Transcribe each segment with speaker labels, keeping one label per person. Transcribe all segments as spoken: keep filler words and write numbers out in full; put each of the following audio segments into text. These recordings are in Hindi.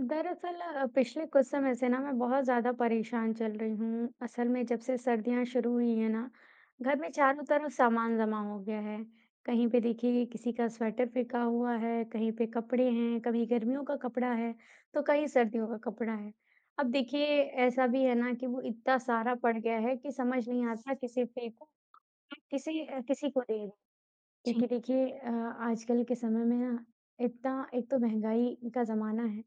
Speaker 1: दरअसल अ, पिछले कुछ समय से ना मैं बहुत ज़्यादा परेशान चल रही हूँ। असल में जब से सर्दियाँ शुरू हुई हैं ना, घर में चारों तरफ सामान जमा हो गया है। कहीं पे देखिए किसी का स्वेटर फेंका हुआ है, कहीं पे कपड़े हैं, कभी गर्मियों का कपड़ा है, तो कहीं सर्दियों का कपड़ा है। अब देखिए ऐसा भी है ना कि वो इतना सारा पड़ गया है कि समझ नहीं आता किसे फेंको, किसी अ, किसी को दे दूँ। क्योंकि देखिए अ, आजकल के समय में ना इतना एक तो महँगाई का ज़माना है।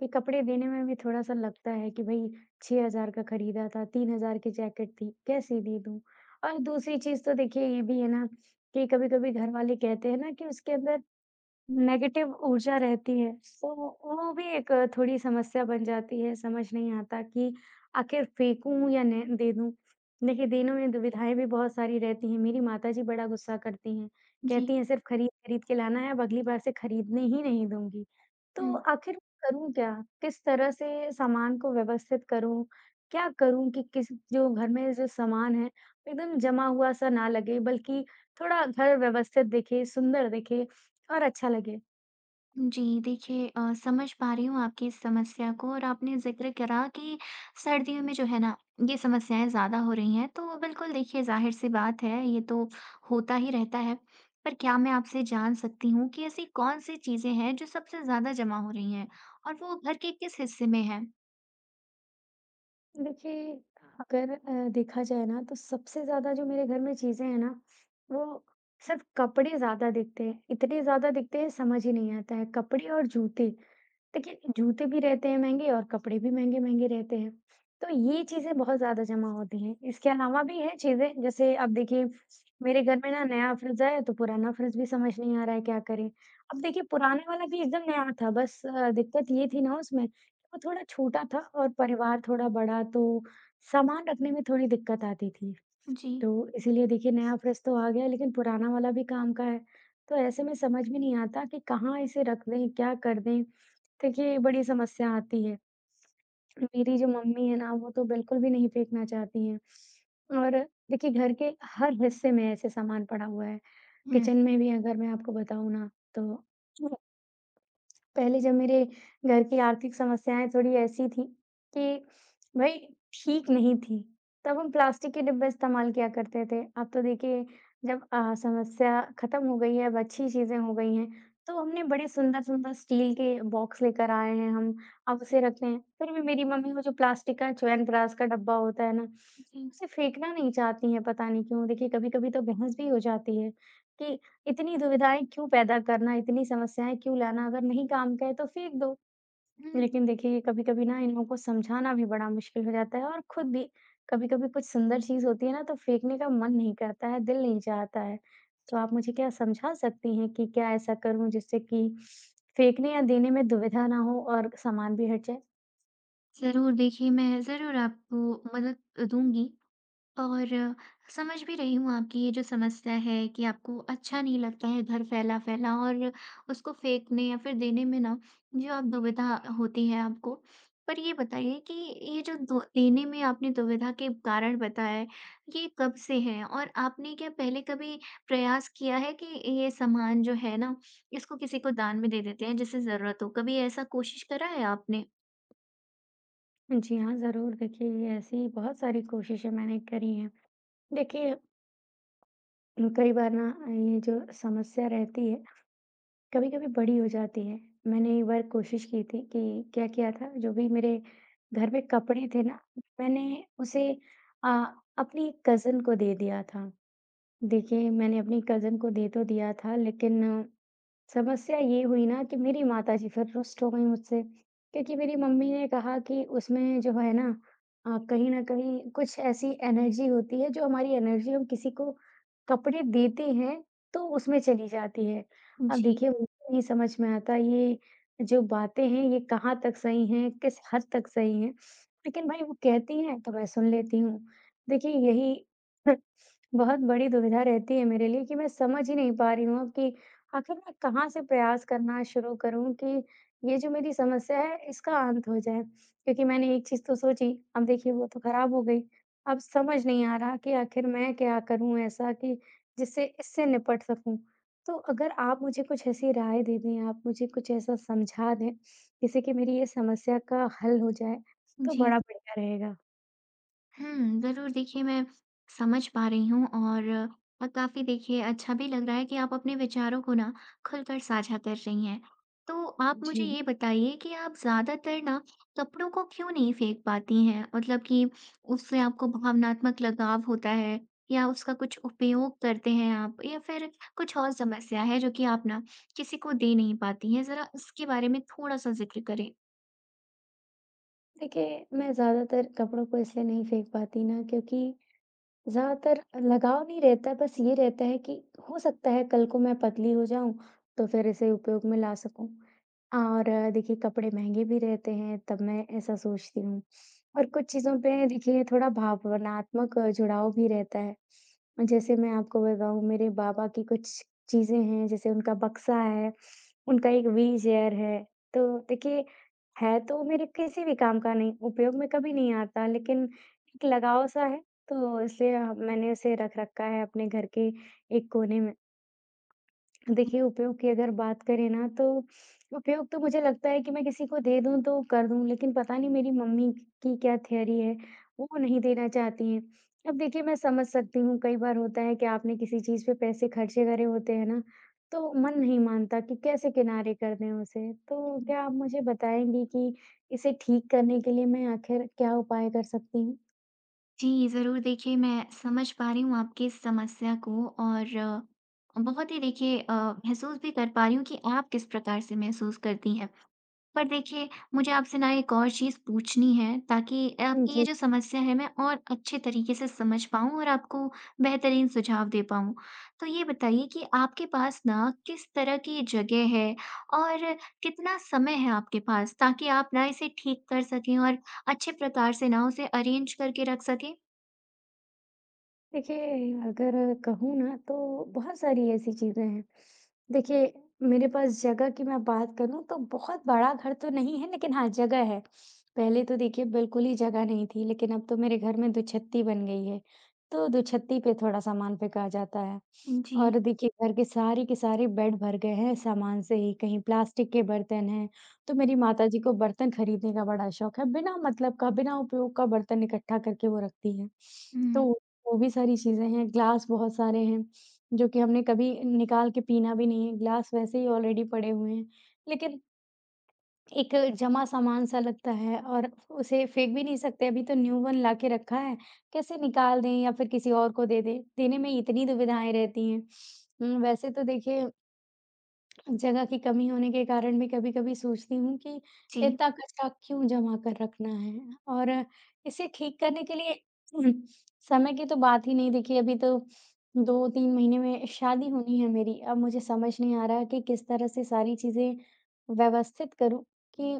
Speaker 1: फिर कपड़े देने में भी थोड़ा-सा लगता है कि भई छह हज़ार का खरीदा था, तीन हज़ार की जैकेट थी, कैसे दे दूँ? और दूसरी चीज़ तो देखिए ये भी है ना कि कभी-कभी घर वाले कहते हैं ना कि उसके अंदर नेगेटिव ऊर्जा रहती है, तो वो भी एक थोड़ी समस्या बन जाती है, समझ नहीं आता कि आखिर फेंकूँ या ने दे दूँ। देखिए, देने में दुविधाएँ भी बहुत सारी रहती हैं, मेरी माताजी बड़ा गुस्सा करती हैं,
Speaker 2: जी।
Speaker 1: कहती हैं सिर्फ़ खरीद-खरीद के लाना है, अब अगली बार से खरीदने ही नहीं दूँगी। तो
Speaker 2: हुँ,
Speaker 1: आखिर करूँ क्या? किस तरह से सामान को व्यवस्थित करूँ? क्या करूँ कि किस जो घर में जो सामान है, एकदम जमा हुआ-सा ना लगे बल्कि थोड़ा घर व्यवस्थित दिखे, सुंदर दिखे और अच्छा लगे?
Speaker 2: जी, देखिए अ, समझ पा रही हूँ आपकी इस समस्या को और आपने ज़िक्र करा कि सर्दियों में जो है ना, ये समस्याएँ ज़्यादा हो रही हैं। तो बिल्कुल देखिए, ज़ाहिर-सी बात है, ये तो होता ही रहता है। पर क्या मैं आपसे जान सकती हूँ कि ऐसी कौन-सी चीज़ें हैं जो सबसे ज़्यादा जमा हो रही हैं और वो घर के किस हिस्से में हैं?
Speaker 1: देखिए, अगर अ, देखा जाए ना तो सबसे ज़्यादा जो मेरे घर में चीज़ें हैं ना, वो सिर्फ़ कपड़े ज़्यादा दिखते हैं। इतने ज़्यादा दिखते हैं समझ ही नहीं आता है, कपड़े और जूते। देखिए, जूते भी रहते हैं महँगे और कपड़े भी महँगे-महँगे रहते हैं। तो ये चीज़ें बहुत ज़्यादा जमा होती हैं। इसके अलावा भी हैं चीज़ें, जैसे अब देखिए मेरे घर में ना नया फ्रिज आया है, तो पुराना फ्रिज भी समझ नहीं आ रहा है क्या करें। अब देखिए पुराने वाला भी एकदम नया था, बस अ, दिक्कत ये थी ना उसमें कि वो थोड़ा छोटा था और परिवार थोड़ा बड़ा, तो सामान रखने में थोड़ी दिक्कत आती थी।
Speaker 2: जी।
Speaker 1: तो इसीलिए देखिए नया फ्रेश तो आ गया लेकिन पुराना वाला भी काम का है। तो ऐसे में समझ में नहीं आता कि कहाँ इसे रख दें, क्या कर दें? देखिए बड़ी समस्या आती है। मेरी जो मम्मी है ना वो तो बिल्कुल भी नहीं फेंकना चाहती हैं और देखिए घर के हर हिस्से में ऐसे सामान पड़ा हुआ है।
Speaker 2: हुँ।
Speaker 1: किचन में भी अगर मैं आपको बताऊँ ना तो पहले जब मेरे घर की आर्थिक समस्याएँ थोड़ी ऐसी थी कि भई ठीक नहीं थी, तब हम प्लास्टिक के डिब्बे इस्तेमाल किया करते थे। अब तो देखिए जब अ, समस्या खत्म हो गई है, अब अच्छी चीज़ें हो गई हैं, तो हमने बड़े सुंदर-सुंदर स्टील के बॉक्स लेकर आए हैं हम, अब उसे रखते हैं। फिर भी मेरी मम्मी वो जो प्लास्टिक का च्यवनप्राश का डब्बा होता है ना,
Speaker 2: जी।
Speaker 1: उसे फेंकना नहीं चाहती हैं, पता नहीं क्यों। देखिए कभी-कभी तो बहस भी हो जाती है कि इतनी दुविधाएँ क्यों पैदा करना, इतनी समस्याएँ क्यों लाना, अगर नहीं काम का है तो फेंक दो।
Speaker 2: हुँ,
Speaker 1: लेकिन देखिए कभी-कभी ना इन लोगों को समझाना भी बड़ा मुश्किल हो जाता है और खुद भी कभी-कभी कुछ सुंदर चीज़ होती है ना तो फेंकने का मन नहीं करता है, दिल नहीं चाहता है। तो आप मुझे क्या समझा सकती हैं कि क्या ऐसा करूँ जिससे कि फेंकने या देने में दुविधा ना हो और सामान भी हट जाए?
Speaker 2: ज़रूर देखिए, मैं ज़रूर आपको मदद दूँगी और समझ भी रही हूँ आपकी ये जो समस्या है कि आपको अच्छा नहीं लगता है घर फैला-फैला और उसको फेंकने या फिर देने में ना जो आप दुविधा होती है आपको। पर ये बताइए कि ये जो दो देने में आपने दुविधा के कारण बताया है, ये कब से है? और आपने क्या पहले कभी प्रयास किया है कि ये सामान जो है ना, इसको किसी को दान में दे देते हैं जिसे ज़रूरत हो? कभी ऐसा कोशिश करा है आपने?
Speaker 1: जी हाँ, ज़रूर। देखिए ये ऐसी बहुत सारी कोशिशें मैंने करी हैं। देखिए, कई बार ना ये जो समस्या रहती है कभी-कभी बड़ी हो जाती है। मैंने एक बार कोशिश की थी कि क्या किया था, जो भी मेरे घर में कपड़े थे ना, मैंने उसे अ, अपनी कज़िन को दे दिया था। देखिए, मैंने अपनी कज़िन को दे तो दिया था, लेकिन समस्या ये हुई ना कि मेरी माताजी फिर रुष्ट हो गई मुझसे क्योंकि मेरी मम्मी ने कहा कि उसमें जो है ना अ, कहीं न कहीं कुछ ऐसी एनर्जी होती है जो हमारी एनर्जी हम किसी को कपड़े देते हैं तो उसमें चली जाती है। अब
Speaker 2: जी,
Speaker 1: देखिए मुझे नहीं समझ में आता ये जो बातें हैं ये कहाँ तक सही हैं, किस हद तक सही हैं। लेकिन भाई वो कहती हैं तो मैं सुन लेती हूँ। देखिए यही बहुत बड़ी दुविधा रहती है मेरे लिए कि मैं समझ ही नहीं पा रही हूँ अब कि आखिर मैं कहाँ से प्रयास करना शुरू करूँ कि ये जो मेरी समस्या है, इसका अंत हो जाए? क्योंकि मैंने एक चीज़ तो सोची, अब देखिए वो तो खराब हो गई। अब समझ नहीं आ रहा कि आखिर मैं क्या करूँ ऐसा कि जिससे इससे निपट सकूँ? तो अगर आप मुझे कुछ ऐसी राय दे दें, आप मुझे कुछ ऐसा समझा दें, जिससे कि मेरी ये समस्या का हल हो जाए, तो
Speaker 2: जी।
Speaker 1: बड़ा बढ़िया रहेगा।
Speaker 2: हुँ, ज़रूर देखिए, मैं समझ पा रही हूँ। और अ, काफ़ी देखिए अच्छा भी लग रहा है कि आप अपने विचारों को ना खुलकर साझा कर रही हैं। तो आप मुझे
Speaker 1: जी।
Speaker 2: ये बताइए कि आप ज़्यादातर ना कपड़ों को क्यों नहीं फेंक पाती हैं? मतलब कि उससे आपको भावनात्मक लगाव होता है या उसका कुछ उपयोग करते हैं आप, या फिर कुछ और समस्या है जो कि आप ना किसी को दे नहीं पाती हैं? ज़रा इसके बारे में थोड़ा-सा ज़िक्र करें।
Speaker 1: देखिए, मैं ज़्यादातर कपड़ों को इसलिए नहीं फेंक पाती ना क्योंकि ज़्यादातर लगाव नहीं रहता है, बस ये रहता है कि हो सकता है कल को मैं पतली हो जाऊँ, तो फिर इसे उपयोग में ला सकूँ। और अ, देखिए कपड़े महँगे भी रहते हैं, तब मैं ऐसा सोचती हूँ। और कुछ चीज़ों पे देखिए थोड़ा भावनात्मक अ, जुड़ाव भी रहता है। जैसे मैं आपको बताऊँ मेरे बाबा की कुछ चीज़ें हैं, जैसे उनका बक्सा है, उनका एक व्हीलचेयर है। तो देखिए है तो मेरे किसी भी काम का नहीं, उपयोग में कभी नहीं आता, लेकिन एक लगाव सा है। तो इसलिए अब मैंने उसे रख रखा है अपने घर के एक कोने में। देखिए उपयोग की अगर बात करें ना तो उपयोग तो मुझे लगता है कि मैं किसी को दे दूँ तो कर दूँ, लेकिन पता नहीं मेरी मम्मी की क्या थियरी है, वो नहीं देना चाहती हैं। अब देखिए मैं समझ सकती हूँ कई बार होता है कि आपने किसी चीज़ पे पैसे खर्चे करे होते हैं ना, तो मन नहीं मानता कि कैसे किनारे कर दें उसे। तो क्या आप मुझे बताएँगी कि इसे ठीक करने के लिए मैं आखिर क्या उपाय कर सकती हूँ?
Speaker 2: जी, ज़रूर देखिए, मैं समझ पा रही हूँ आपकी इस समस्या को और अ, बहुत ही देखिए अ, महसूस भी कर पा रही हूँ कि आप किस प्रकार से महसूस करती हैं। पर देखिए, मुझे आपसे ना एक और चीज़ पूछनी है ताकि आपकी ये
Speaker 1: जी।
Speaker 2: जो समस्या है मैं और अच्छे तरीके से समझ पाऊँ और आपको बेहतरीन सुझाव दे पाऊँ। तो ये बताइए कि आपके पास ना किस तरह की जगह है और कितना समय है आपके पास ताकि आप ना इसे ठीक कर सकें और अच्छे प्रकार से ना उसे अरेंज करके रख सकें?
Speaker 1: देखिए, अगर कहूँ ना तो बहुत सारी ऐसी चीज़ें हैं। देखिए, मेरे पास जगह की मैं बात करूँ तो बहुत बड़ा घर तो नहीं है लेकिन हाँ, जगह है। पहले तो देखिए बिल्कुल ही जगह नहीं थी लेकिन अब तो मेरे घर में दुछत्ती बन गई है, तो दुछत्ती पे थोड़ा सामान फेंका जाता है।
Speaker 2: जी।
Speaker 1: और देखिए घर के सारे के सारे बेड भर गए हैं सामान से ही, कहीं प्लास्टिक के बर्तन हैं, तो मेरी माताजी को बर्तन खरीदने का बड़ा शौक है, बिना मतलब का, बिना उपयोग का बर्तन इकट्ठा करके वो रखती हैं। तो
Speaker 2: हुँ।
Speaker 1: वो भी सारी चीज़ें हैं, ग्लास बहुत सारे हैं, जो कि हमने कभी निकाल के पीना भी नहीं है, ग्लास वैसे ही ऑलरेडी पड़े हुए हैं। लेकिन एक जमा सामान-सा लगता है और उसे फेंक भी नहीं सकते, अभी तो न्यू वन ला के रखा है, कैसे निकाल दें या फिर किसी और को दे दें, देने में इतनी दुविधाएँ रहती हैं। उम, वैसे तो देखिए जगह की कमी होने के कारण भी कभी-कभी सोचती हूँ कि
Speaker 2: जी।
Speaker 1: इतना कचरा क्यों जमा कर रखना है? और इसे ठीक करने के लिए हम्म, समय की तो बात ही नहीं देखिए अभी तो दो तीन महीने में शादी होनी है मेरी। अब मुझे समझ नहीं आ रहा है कि किस तरह से सारी चीज़ें व्यवस्थित करूँ कि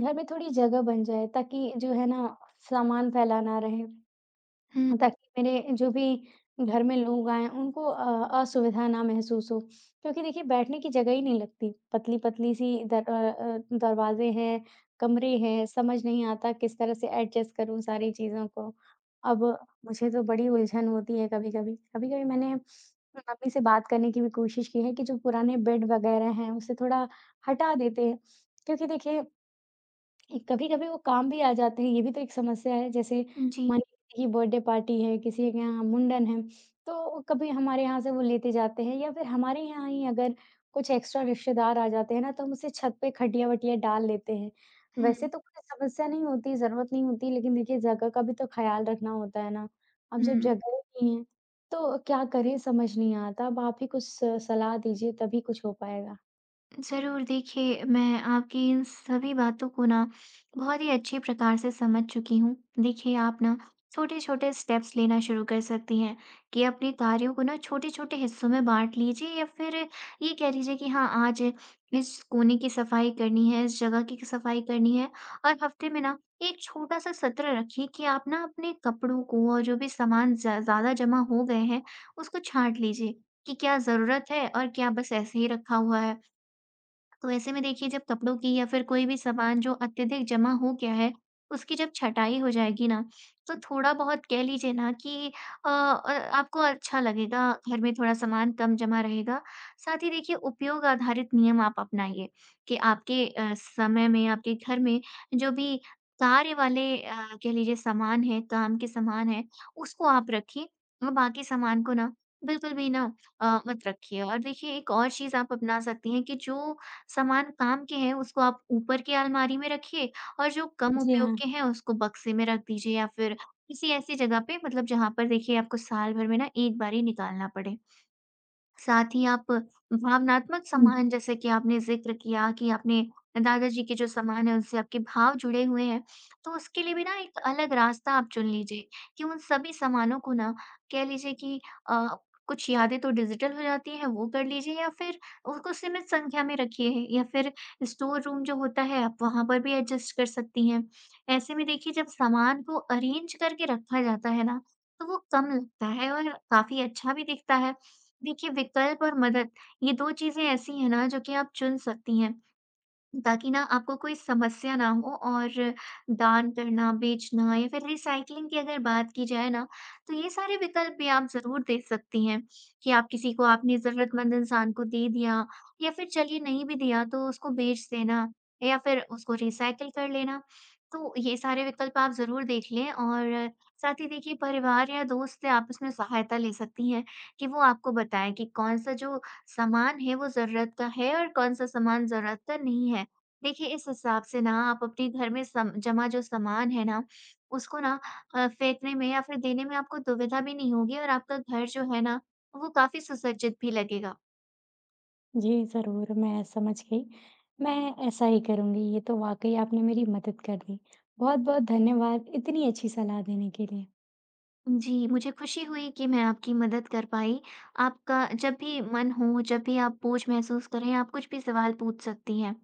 Speaker 1: घर में थोड़ी जगह बन जाए ताकि जो है ना सामान फैला ना रहे।
Speaker 2: हुँ।
Speaker 1: ताकि मेरे जो भी घर में लोग आएँ उनको अ, असुविधा ना महसूस हो। क्योंकि देखिए बैठने की जगह ही नहीं लगती, पतली-पतली सी दर अ अ, दरवाज़े हैं, कमरे हैं, समझ नहीं आता किस तरह से एडजस्ट करूँ सारी चीज़ों को। अब मुझे तो बड़ी उलझन होती है कभी-कभी। कभी-कभी मैंने मम्मी से बात करने की भी कोशिश की है कि जो पुराने बेड वगैरह हैं उसे थोड़ा हटा देते हैं। क्योंकि देखिए कभी-कभी वो काम भी आ जाते हैं, ये भी तो एक समस्या है। जैसे
Speaker 2: जी।
Speaker 1: मानिए किसी की बर्थडे पार्टी है, किसी के यहाँ मुंडन है, तो कभी हमारे यहाँ से वो लेते जाते हैं या फिर हमारे यहाँ ही अगर कुछ एक्स्ट्रा रिश्तेदार आ जाते हैं ना, तो हम उसे छत पे खटिया-वटिया डाल लेते हैं।
Speaker 2: हुँ,
Speaker 1: वैसे तो कोई समस्या नहीं होती, ज़रूरत नहीं होती, लेकिन देखिए जगह का भी तो ख़्याल रखना होता है ना। अब जब
Speaker 2: हुँ।
Speaker 1: जगह ही नहीं है, तो क्या करें समझ नहीं आता। अब आप ही कुछ स सलाह दीजिए तभी कुछ हो पाएगा।
Speaker 2: ज़रूर देखिए, मैं आपकी इन सभी बातों को ना बहुत ही अच्छे प्रकार से समझ चुकी हूँ। देखिए आप ना छोटे-छोटे स्टेप्स लेना शुरू कर सकती हैं कि अपने कार्यों को ना छोटे-छोटे हिस्सों में बाँट लीजिए या फिर ये कह लीजिए कि हाँ, आज इस कोने की सफाई करनी है, इस जगह की सफाई करनी है। और हफ़्ते में ना एक छोटा-सा सत्र रखिए कि आप ना अपने कपड़ों को और जो भी सामान ज़्या ज़्यादा जमा हो गए हैं, उसको छाँट लीजिए कि क्या ज़रूरत है और क्या बस ऐसे ही रखा हुआ है। तो ऐसे में देखिए, जब कपड़ों की या फिर कोई भी सामान जो अत्यधिक जमा हो गया है उसकी जब छँटाई हो जाएगी ना, तो थोड़ा बहुत कह लीजिए ना कि अ अ, आपको अच्छा लगेगा, घर में थोड़ा सामान कम जमा रहेगा। साथ ही देखिए उपयोग आधारित नियम आप अपनाइए कि आपके अ, समय में, आपके घर में जो भी कार्य वाले अ, कह लीजिए सामान हैं, काम के सामान हैं, उसको आप रखिए और बाकी सामान को ना बिल्कुल भी ना अ, मत रखिए। और देखिए एक और चीज़ आप अपना सकती हैं कि जो सामान काम के हैं उसको आप ऊपर की अलमारी में रखिए और जो कम
Speaker 1: जी
Speaker 2: उपयोग
Speaker 1: हाँ।
Speaker 2: के हैं उसको बक्से में रख दीजिए या फिर किसी ऐसी जगह पे, मतलब जहाँ पर देखिए आपको साल भर में ना एक बार ही निकालना पड़े। साथ ही आप भावनात्मक
Speaker 1: हुँ।
Speaker 2: सम्मान जैसे कि आपने ज़िक्र किया कि आपने दादाजी के जो सम्मान है उनसे आपके भाव जुड़े हुए हैं, तो उसके लिए भी ना एक अलग रास्ता आप चुन लीजिए कि उन सभी सम्मानों को ना कह लीजिए कि अ, कुछ यादें तो डिजिटल हो जाती हैं वो कर लीजिए या फिर उसको सीमित संख्या में रखिए या फिर स्टोर रूम जो होता है आप वहाँ पर भी एडजस्ट कर सकती हैं। ऐसे में देखिए, जब सामान को अरेंज करके रखा जाता है ना, तो वो कम लगता है और काफ़ी अच्छा भी दिखता है। देखिए विकल्प और मदद, ये दो चीज़ें ऐसी हैं ना जो कि आप चुन सकती हैं। ताकि ना आपको कोई समस्या ना हो। और दान करना, बेचना या फिर रिसाइक्लिंग की अगर बात की जाए ना, तो ये सारे विकल्प भी आप ज़रूर दे सकती हैं कि आप किसी को आपने ज़रूरतमंद इंसान को दे दिया या फिर चलिए नहीं भी दिया तो उसको बेच देना या फिर उसको रिसाइकिल कर लेना। तो ये सारे विकल्प आप ज़रूर देख लें और साथ ही देखिए परिवार या दोस्त से आप उसमें सहायता ले सकती हैं कि वो आपको बताएँ कि कौन-सा जो सामान है वो ज़रूरत का है और कौन-सा सामान ज़रूरत का नहीं है। देखिए, इस हिसाब से ना आप अपने घर में सम जमा जो सामान है ना, उसको ना अ, फेंकने में या फिर देने में आपको दुविधा भी नहीं होगी और आपका घर जो है ना, वो काफ़ी सुसज्जित भी लगेगा।
Speaker 1: जी, ज़रूर, मैं समझ गई। मैं ऐसा ही करूँगी, ये तो वाक़ई आपने मेरी मदद कर दी। बहुत-बहुत धन्यवाद इतनी अच्छी सलाह देने के लिए।
Speaker 2: जी, मुझे खुशी हुई कि मैं आपकी मदद कर पाई। आपका जब भी मन हो, जब भी आप बोझ महसूस करें, आप कुछ भी सवाल पूछ सकती हैं।